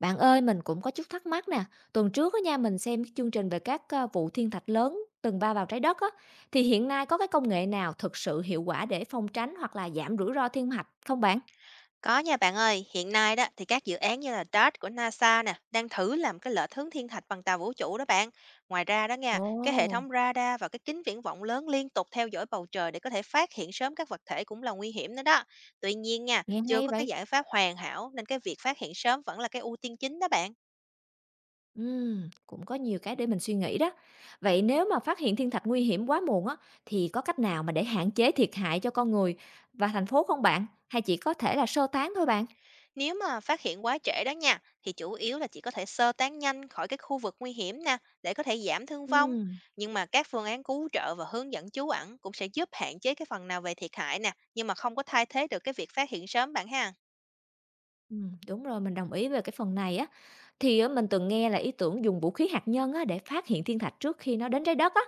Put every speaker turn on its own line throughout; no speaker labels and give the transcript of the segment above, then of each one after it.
Bạn ơi, mình cũng có chút thắc mắc nè. Tuần trước á nha, mình xem cái chương trình về các vụ thiên thạch lớn từng va vào trái đất á, thì hiện nay có cái công nghệ nào thực sự hiệu quả để phòng tránh hoặc là giảm rủi ro thiên thạch không bạn?
Có nha bạn ơi, hiện nay đó thì các dự án như là DART của NASA nè, đang thử làm cái lệch hướng thiên thạch bằng tàu vũ trụ đó bạn. Ngoài ra đó nha, cái hệ
Ồ,
thống radar và cái kính viễn vọng lớn liên tục theo dõi bầu trời để có thể phát hiện sớm các vật thể cũng là nguy hiểm nữa đó. Tuy nhiên nha,
nghe
chưa
hay
có cái
vậy.
giải pháp hoàn hảo nên cái việc phát hiện sớm vẫn là cái ưu tiên chính đó bạn.
Cũng có nhiều cái để mình suy nghĩ đó. Vậy nếu mà phát hiện thiên thạch nguy hiểm quá muộn á, thì có cách nào mà để hạn chế thiệt hại cho con người và thành phố không bạn? Hay chỉ có thể là sơ tán thôi bạn?
Nếu mà phát hiện quá trễ đó nha, thì chủ yếu là chỉ có thể sơ tán nhanh khỏi cái khu vực nguy hiểm nè, để có thể giảm thương vong.
Ừm.
Nhưng mà các phương án cứu trợ và hướng dẫn trú ẩn cũng sẽ giúp hạn chế cái phần nào về thiệt hại nè, nhưng mà không có thay thế được cái việc phát hiện sớm bạn ha.
Đúng rồi, mình đồng ý về cái phần này á. Thì á, mình từng nghe là ý tưởng dùng vũ khí hạt nhân á, để phát hiện thiên thạch trước khi nó đến trái đất á.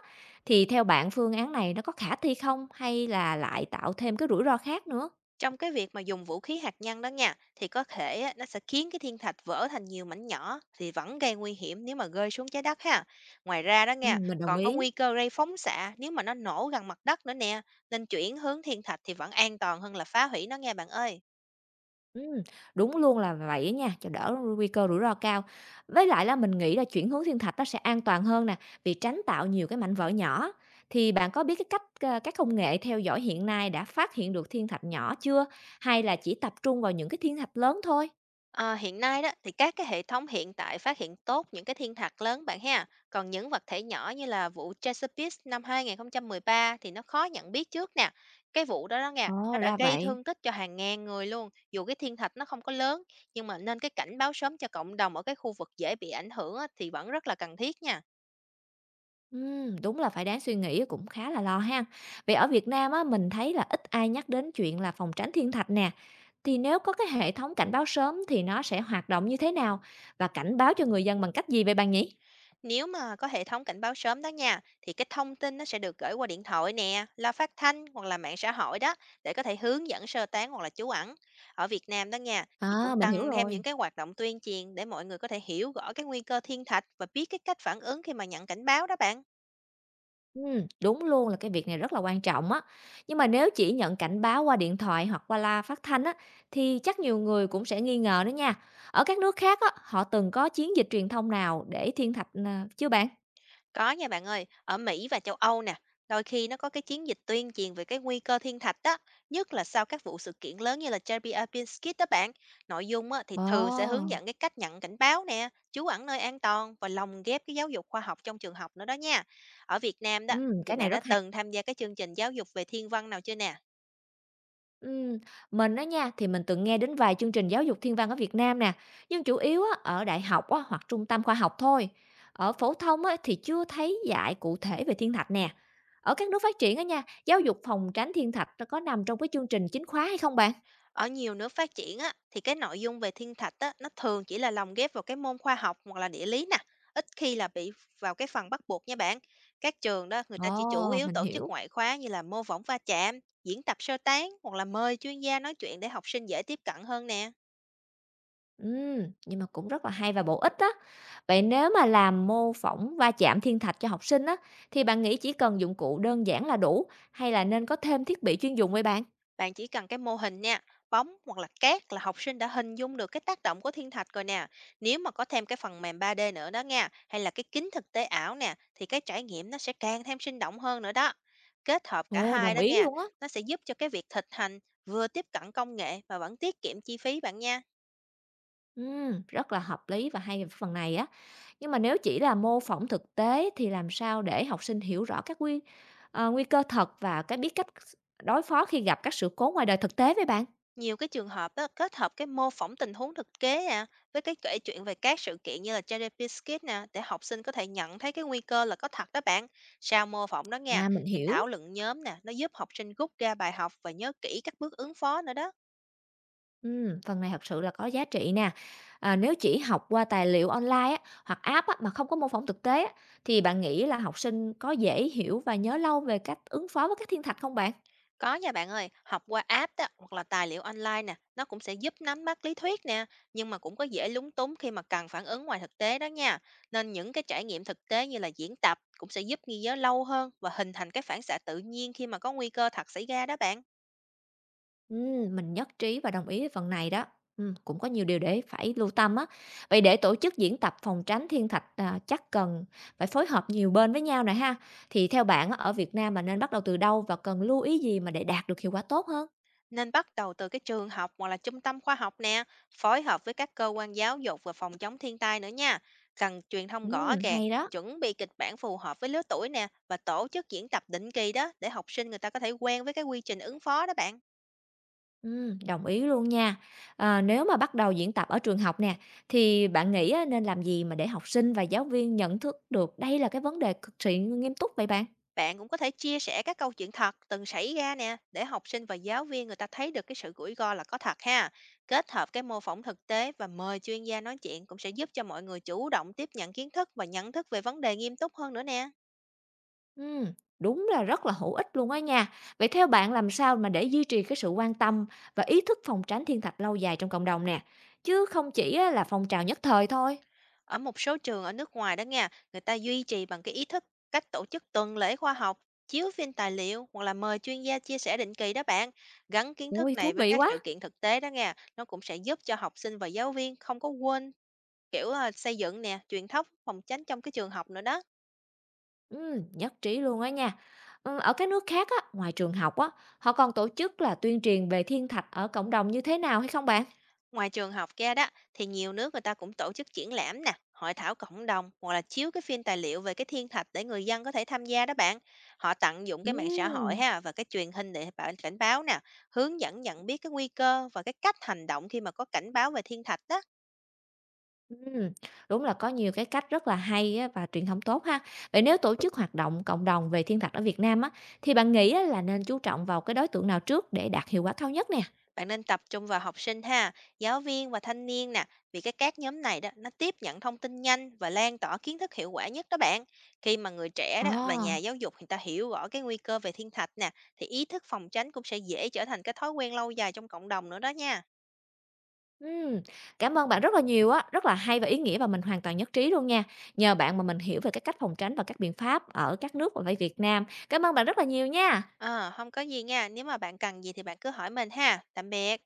Thì theo bạn phương án này nó có khả thi không? Hay là lại tạo thêm cái rủi ro khác nữa?
Trong cái việc mà dùng vũ khí hạt nhân đó nha, thì có thể á, nó sẽ khiến cái thiên thạch vỡ thành nhiều mảnh nhỏ thì vẫn gây nguy hiểm nếu mà rơi xuống trái đất ha. Ngoài ra đó nha,
Mình đồng
còn có
ý.
nguy cơ gây phóng xạ nếu mà nó nổ gần mặt đất nữa nè, nên chuyển hướng thiên thạch thì vẫn an toàn hơn là phá hủy nó nghe bạn ơi.
Ừm, đúng luôn là vậy á nha, cho đỡ nguy cơ rủi ro cao. Với lại là mình nghĩ là chuyển hướng thiên thạch nó sẽ an toàn hơn nè, vì tránh tạo nhiều cái mảnh vỡ nhỏ. Thì bạn có biết cái cách à, các công nghệ theo dõi hiện nay đã phát hiện được thiên thạch nhỏ chưa? Hay là chỉ tập trung vào những cái thiên thạch lớn thôi?
Ờ, hiện nay đó thì các cái hệ thống hiện tại phát hiện tốt những cái thiên thạch lớn bạn ha. Còn những vật thể nhỏ như là vụ Chesapeake năm 2013 thì nó khó nhận biết trước nè. Cái vụ đó đó nha,
Ồ,
nó đã
ra
gây
vậy.
thương tích cho hàng ngàn người luôn. Dù cái thiên thạch nó không có lớn, nhưng mà nên cái cảnh báo sớm cho cộng đồng ở cái khu vực dễ bị ảnh hưởng á, thì vẫn rất là cần thiết nha.
Đúng là phải đáng suy nghĩ, cũng khá là lo ha. Vậy ở Việt Nam á, mình thấy là ít ai nhắc đến chuyện là phòng tránh thiên thạch nè. Thì nếu có cái hệ thống cảnh báo sớm thì nó sẽ hoạt động như thế nào và cảnh báo cho người dân bằng cách gì vậy bạn nhỉ?
Nếu mà có hệ thống cảnh báo sớm đó nha, thì cái thông tin nó sẽ được gửi qua điện thoại nè, loa phát thanh hoặc là mạng xã hội đó để có thể hướng dẫn sơ tán hoặc là trú ẩn. Ở Việt Nam đó nha, thì
À,
cũng
mình hiểu
cần thêm
rồi.
những cái hoạt động tuyên truyền để mọi người có thể hiểu rõ cái nguy cơ thiên thạch và biết cái cách phản ứng khi mà nhận cảnh báo đó bạn.
Đúng luôn là cái việc này rất là quan trọng á. Nhưng mà nếu chỉ nhận cảnh báo qua điện thoại hoặc qua loa phát thanh á, thì chắc nhiều người cũng sẽ nghi ngờ đó nha. Ở các nước khác á, họ từng có chiến dịch truyền thông nào để thiên thạch à, chưa bạn?
Có nha bạn ơi, ở Mỹ và châu Âu nè, đôi khi nó có cái chiến dịch tuyên truyền về cái nguy cơ thiên thạch đó, nhất là sau các vụ sự kiện lớn như là Chernobyl Skid đó bạn. Nội dung á, thì
Ồ.
thường sẽ hướng dẫn cái cách nhận cảnh báo nè, trú ẩn nơi an toàn và lồng ghép cái giáo dục khoa học trong trường học nữa đó nha. Ở Việt Nam đó, thì
Cái này
bạn đã
rất hay.
từng tham gia cái chương trình giáo dục về thiên văn nào chưa nè?
Ừm, mình á nha, thì mình từng nghe đến vài chương trình giáo dục thiên văn ở Việt Nam nè, nhưng chủ yếu á, ở đại học á, hoặc trung tâm khoa học thôi. Ở phổ thông á, thì chưa thấy dạy cụ thể về thiên thạch nè. Ở các nước phát triển á nha, giáo dục phòng tránh thiên thạch nó có nằm trong cái chương trình chính khóa hay không bạn?
Ở nhiều nước phát triển á, thì cái nội dung về thiên thạch á, nó thường chỉ là lồng ghép vào cái môn khoa học hoặc là địa lý nè, ít khi là bị vào cái phần bắt buộc nha bạn. Các trường đó người ta chỉ chủ
Ồ,
yếu
mình
tổ chức
hiểu.
ngoại khóa như là mô phỏng va chạm, diễn tập sơ tán hoặc là mời chuyên gia nói chuyện để học sinh dễ tiếp cận hơn nè.
Ừm, nhưng mà cũng rất là hay và bổ ích á. Vậy nếu mà làm mô phỏng va chạm thiên thạch cho học sinh á, thì bạn nghĩ chỉ cần dụng cụ đơn giản là đủ hay là nên có thêm thiết bị chuyên dụng vậy bạn?
Bạn chỉ cần cái mô hình nha, bóng hoặc là cát là học sinh đã hình dung được cái tác động của thiên thạch rồi nè. Nếu mà có thêm cái phần mềm 3D nữa đó nha, hay là cái kính thực tế ảo nè, thì cái trải nghiệm nó sẽ càng thêm sinh động hơn nữa đó. Kết hợp cả
Ồ,
hai
đồng
đó
ý
nha,
luôn á.
nó sẽ giúp cho cái việc thực hành vừa tiếp cận công nghệ mà vẫn tiết kiệm chi phí bạn nha.
Rất là hợp lý và hay về phần này á. Nhưng mà nếu chỉ là mô phỏng thực tế thì làm sao để học sinh hiểu rõ các nguy nguy cơ thật và cái biết cách đối phó khi gặp các sự cố ngoài đời thực tế với bạn?
Nhiều cái trường hợp á, kết hợp cái mô phỏng tình huống thực kế nè với cái kể chuyện về các sự kiện như là JDP Skit nè để học sinh có thể nhận thấy cái nguy cơ là có thật đó bạn. Sau mô phỏng đó nha,
À, mình
thì
hiểu.
thảo luận nhóm nè, nó giúp học sinh rút ra bài học và nhớ kỹ các bước ứng phó nữa đó.
Phần này thật sự là có giá trị nè. À, nếu chỉ học qua tài liệu online á, hoặc app á, mà không có mô phỏng thực tế á, thì bạn nghĩ là học sinh có dễ hiểu và nhớ lâu về cách ứng phó với các thiên thạch không bạn?
Có nha bạn ơi, học qua app đó, hoặc là tài liệu online nè, nó cũng sẽ giúp nắm bắt lý thuyết nè, nhưng mà cũng có dễ lúng túng khi mà cần phản ứng ngoài thực tế đó nha. Nên những cái trải nghiệm thực tế như là diễn tập cũng sẽ giúp ghi nhớ lâu hơn và hình thành cái phản xạ tự nhiên khi mà có nguy cơ thật xảy ra đó bạn.
Mình nhất trí và đồng ý với phần này đó. Cũng có nhiều điều để phải lưu tâm á. Vậy để tổ chức diễn tập phòng tránh thiên thạch, à, chắc cần phải phối hợp nhiều bên với nhau này ha. Thì theo bạn á, ở Việt Nam mà nên bắt đầu từ đâu và cần lưu ý gì mà để đạt được hiệu quả tốt hơn?
Nên bắt đầu từ cái trường học hoặc là trung tâm khoa học nè, phối hợp với các cơ quan giáo dục và phòng chống thiên tai nữa nha. Cần truyền thông rõ ràng,
Hay đó.
chuẩn bị kịch bản phù hợp với lứa tuổi nè và tổ chức diễn tập định kỳ đó để học sinh người ta có thể quen với cái quy trình ứng phó đó bạn.
Đồng ý luôn nha. À, nếu mà bắt đầu diễn tập ở trường học nè, thì bạn nghĩ á, nên làm gì mà để học sinh và giáo viên nhận thức được đây là cái vấn đề cực kỳ nghiêm túc vậy bạn?
Bạn cũng có thể chia sẻ các câu chuyện thật từng xảy ra nè để học sinh và giáo viên người ta thấy được cái sự rủi ro là có thật ha. Kết hợp cái mô phỏng thực tế và mời chuyên gia nói chuyện cũng sẽ giúp cho mọi người chủ động tiếp nhận kiến thức và nhận thức về vấn đề nghiêm túc hơn nữa nè.
Ừm, đúng là rất là hữu ích luôn á nha. Vậy theo bạn làm sao mà để duy trì cái sự quan tâm và ý thức phòng tránh thiên thạch lâu dài trong cộng đồng nè, chứ không chỉ á là phong trào nhất thời thôi?
Ở một số trường ở nước ngoài đó nha, người ta duy trì bằng cái ý thức cách tổ chức tuần lễ khoa học, chiếu phim tài liệu hoặc là mời chuyên gia chia sẻ định kỳ đó bạn. Gắn kiến thức
Ui thú
này với
vị
các
quá.
sự kiện thực tế đó nha, nó cũng sẽ giúp cho học sinh và giáo viên không có quên kiểu là xây dựng nè, truyền thống phòng tránh trong cái trường học nữa đó.
Nhất trí luôn á nha. Ừ, ở các nước khác á, ngoài trường học á, họ còn tổ chức là tuyên truyền về thiên thạch ở cộng đồng như thế nào hay không bạn?
Ngoài trường học ra đó thì nhiều nước người ta cũng tổ chức triển lãm nè, hội thảo cộng đồng hoặc là chiếu cái phim tài liệu về cái thiên thạch để người dân có thể tham gia đó bạn. Họ tận dụng cái mạng xã hội
Ừm.
ha và cái truyền hình để bạn cảnh báo nè, hướng dẫn nhận biết cái nguy cơ và cái cách hành động khi mà có cảnh báo về thiên thạch đó.
Ừm, đúng là có nhiều cái cách rất là hay á và truyền thống tốt ha. Vậy nếu tổ chức hoạt động cộng đồng về thiên thạch ở Việt Nam á, thì bạn nghĩ á là nên chú trọng vào cái đối tượng nào trước để đạt hiệu quả cao nhất nè?
Bạn nên tập trung vào học sinh ha, giáo viên và thanh niên nè, vì cái các nhóm này đó nó tiếp nhận thông tin nhanh và lan tỏa kiến thức hiệu quả nhất đó bạn. Khi mà người trẻ
Ồ,
đó và nhà giáo dục người ta hiểu rõ cái nguy cơ về thiên thạch nè, thì ý thức phòng tránh cũng sẽ dễ trở thành cái thói quen lâu dài trong cộng đồng nữa đó nha.
ừm, cảm ơn bạn rất là nhiều á, rất là hay và ý nghĩa và mình hoàn toàn nhất trí luôn nha. Nhờ bạn mà mình hiểu về cái cách phòng tránh và các biện pháp ở các nước và tại Việt Nam. Cảm ơn bạn rất là nhiều nha.
À, không có gì nha, nếu mà bạn cần gì thì bạn cứ hỏi mình ha. Tạm biệt.